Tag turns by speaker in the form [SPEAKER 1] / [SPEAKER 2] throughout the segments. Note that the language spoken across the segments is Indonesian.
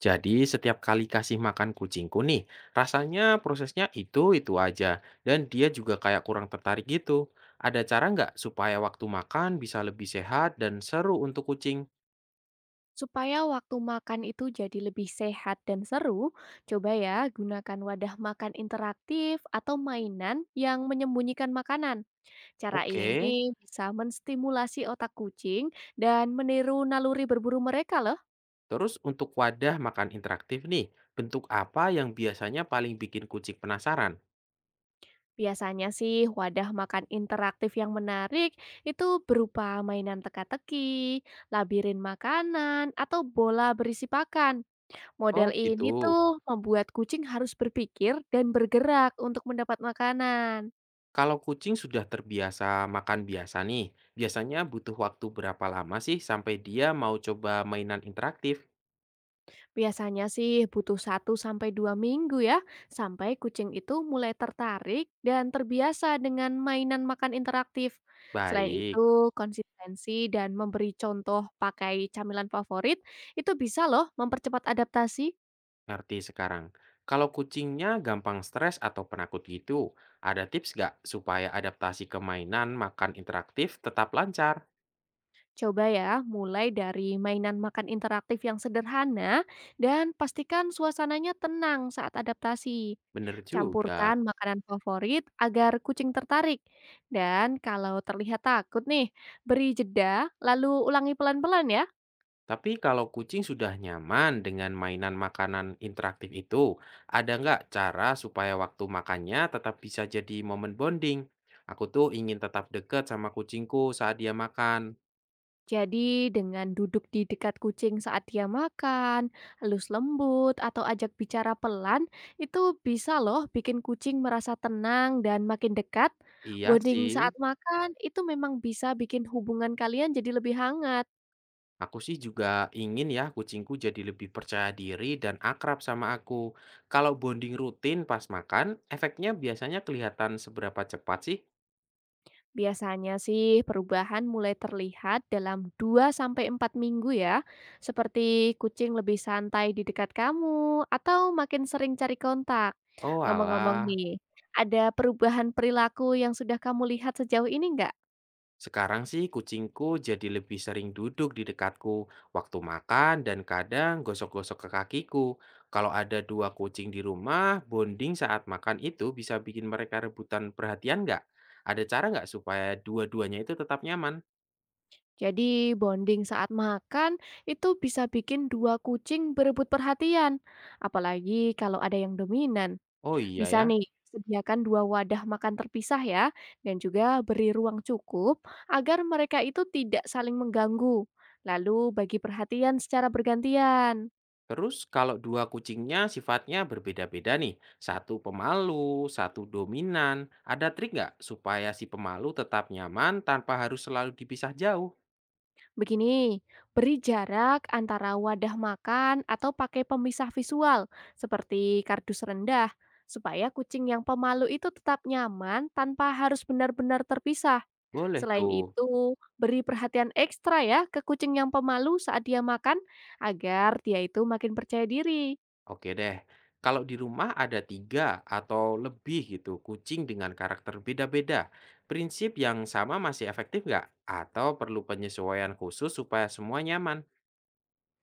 [SPEAKER 1] Jadi setiap kali kasih makan kucingku nih, rasanya prosesnya itu-itu aja. Dan dia juga kayak kurang tertarik gitu. Ada cara nggak supaya waktu makan bisa lebih sehat dan seru untuk kucing?
[SPEAKER 2] Supaya waktu makan itu jadi lebih sehat dan seru, coba ya gunakan wadah makan interaktif atau mainan yang menyembunyikan makanan. Cara
[SPEAKER 1] Oke,
[SPEAKER 2] ini bisa menstimulasi otak kucing dan meniru naluri berburu mereka loh.
[SPEAKER 1] terus untuk wadah makan interaktif nih, bentuk apa yang biasanya paling bikin kucing penasaran?
[SPEAKER 2] Biasanya sih wadah makan interaktif yang menarik itu berupa mainan teka-teki, labirin makanan, atau bola berisi pakan. Model
[SPEAKER 1] Oh
[SPEAKER 2] ini
[SPEAKER 1] gitu.
[SPEAKER 2] tuh membuat kucing harus berpikir dan bergerak untuk mendapat makanan.
[SPEAKER 1] Kalau kucing sudah terbiasa makan biasa nih, biasanya butuh waktu berapa lama sih sampai dia mau coba mainan interaktif?
[SPEAKER 2] Biasanya sih butuh 1 sampai 2 minggu ya, sampai kucing itu mulai tertarik dan terbiasa dengan mainan makan interaktif. Selain itu,
[SPEAKER 1] Baik.
[SPEAKER 2] konsistensi dan memberi contoh pakai camilan favorit itu bisa loh mempercepat adaptasi.
[SPEAKER 1] Ngerti sekarang. Kalau kucingnya gampang stres atau penakut gitu, ada tips nggak supaya adaptasi ke mainan makan interaktif tetap lancar?
[SPEAKER 2] Coba ya, mulai dari mainan makan interaktif yang sederhana dan pastikan suasananya tenang saat adaptasi.
[SPEAKER 1] Bener
[SPEAKER 2] Campurkan
[SPEAKER 1] juga.
[SPEAKER 2] makanan favorit agar kucing tertarik. Dan kalau terlihat takut nih, beri jeda lalu ulangi pelan-pelan ya.
[SPEAKER 1] Tapi kalau kucing sudah nyaman dengan mainan makanan interaktif itu, ada nggak cara supaya waktu makannya tetap bisa jadi momen bonding? Aku tuh ingin tetap deket sama kucingku saat dia makan.
[SPEAKER 2] Jadi dengan duduk di dekat kucing saat dia makan, halus lembut, atau ajak bicara pelan, itu bisa loh bikin kucing merasa tenang dan makin dekat.
[SPEAKER 1] Iya
[SPEAKER 2] Bonding saat
[SPEAKER 1] sih.
[SPEAKER 2] makan itu memang bisa bikin hubungan kalian jadi lebih hangat.
[SPEAKER 1] Aku sih juga ingin ya kucingku jadi lebih percaya diri dan akrab sama aku. Kalau bonding rutin pas makan, efeknya biasanya kelihatan seberapa cepat sih?
[SPEAKER 2] Biasanya sih perubahan mulai terlihat dalam 2 sampai 4 minggu ya, seperti kucing lebih santai di dekat kamu atau makin sering cari kontak.
[SPEAKER 1] Oh
[SPEAKER 2] Ngomong-ngomong
[SPEAKER 1] alah,
[SPEAKER 2] nih, ada perubahan perilaku yang sudah kamu lihat sejauh ini nggak?
[SPEAKER 1] sekarang sih kucingku jadi lebih sering duduk di dekatku waktu makan dan kadang gosok-gosok ke kakiku. Kalau ada dua kucing di rumah, bonding saat makan itu bisa bikin mereka rebutan perhatian nggak? Ada cara nggak supaya dua-duanya itu tetap nyaman?
[SPEAKER 2] Jadi bonding saat makan itu bisa bikin 2 kucing berebut perhatian, apalagi kalau ada yang dominan.
[SPEAKER 1] Oh iya
[SPEAKER 2] Bisa
[SPEAKER 1] ya.
[SPEAKER 2] nih, sediakan 2 wadah makan terpisah ya, dan juga beri ruang cukup agar mereka itu tidak saling mengganggu. Lalu bagi perhatian secara bergantian.
[SPEAKER 1] Terus kalau dua kucingnya sifatnya berbeda-beda nih, satu pemalu, satu dominan, ada trik nggak supaya si pemalu tetap nyaman tanpa harus selalu dipisah jauh?
[SPEAKER 2] Begini, beri jarak antara wadah makan atau pakai pemisah visual seperti kardus rendah supaya kucing yang pemalu itu tetap nyaman tanpa harus benar-benar terpisah.
[SPEAKER 1] Boleh
[SPEAKER 2] Selain
[SPEAKER 1] tuh.
[SPEAKER 2] itu, beri perhatian ekstra ya ke kucing yang pemalu saat dia makan agar dia itu makin percaya diri.
[SPEAKER 1] Oke deh. Kalau di rumah ada tiga atau lebih gitu kucing dengan karakter beda-beda, prinsip yang sama masih efektif nggak? Atau perlu penyesuaian khusus supaya semua nyaman?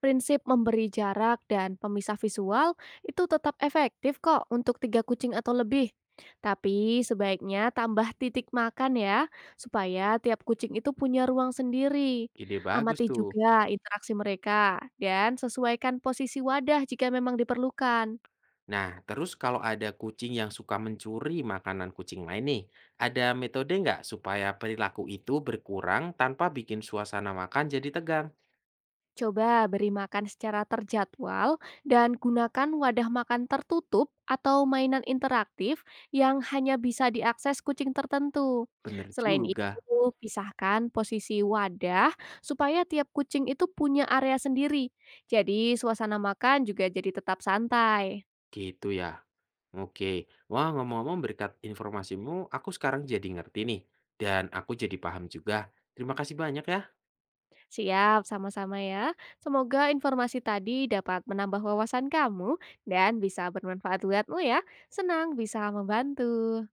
[SPEAKER 2] Prinsip memberi jarak dan pemisah visual itu tetap efektif kok untuk 3 kucing atau lebih. Tapi sebaiknya tambah titik makan ya, supaya tiap kucing itu punya ruang sendiri.
[SPEAKER 1] Ide bagus
[SPEAKER 2] Amati
[SPEAKER 1] tuh.
[SPEAKER 2] juga interaksi mereka dan sesuaikan posisi wadah jika memang diperlukan.
[SPEAKER 1] Nah, terus kalau ada kucing yang suka mencuri makanan kucing lain nih, ada metode nggak supaya perilaku itu berkurang tanpa bikin suasana makan jadi tegang?
[SPEAKER 2] Coba beri makan secara terjadwal dan gunakan wadah makan tertutup atau mainan interaktif yang hanya bisa diakses kucing tertentu.
[SPEAKER 1] Bener
[SPEAKER 2] Selain itu,
[SPEAKER 1] juga,
[SPEAKER 2] pisahkan posisi wadah supaya tiap kucing itu punya area sendiri. Jadi, suasana makan juga jadi tetap santai.
[SPEAKER 1] gitu ya. Oke, wah ngomong-ngomong berkat informasimu, aku sekarang jadi ngerti nih, dan aku jadi paham juga. Terima kasih banyak ya.
[SPEAKER 2] Siap, sama-sama ya. Semoga informasi tadi dapat menambah wawasan kamu dan bisa bermanfaat buatmu ya. Senang bisa membantu.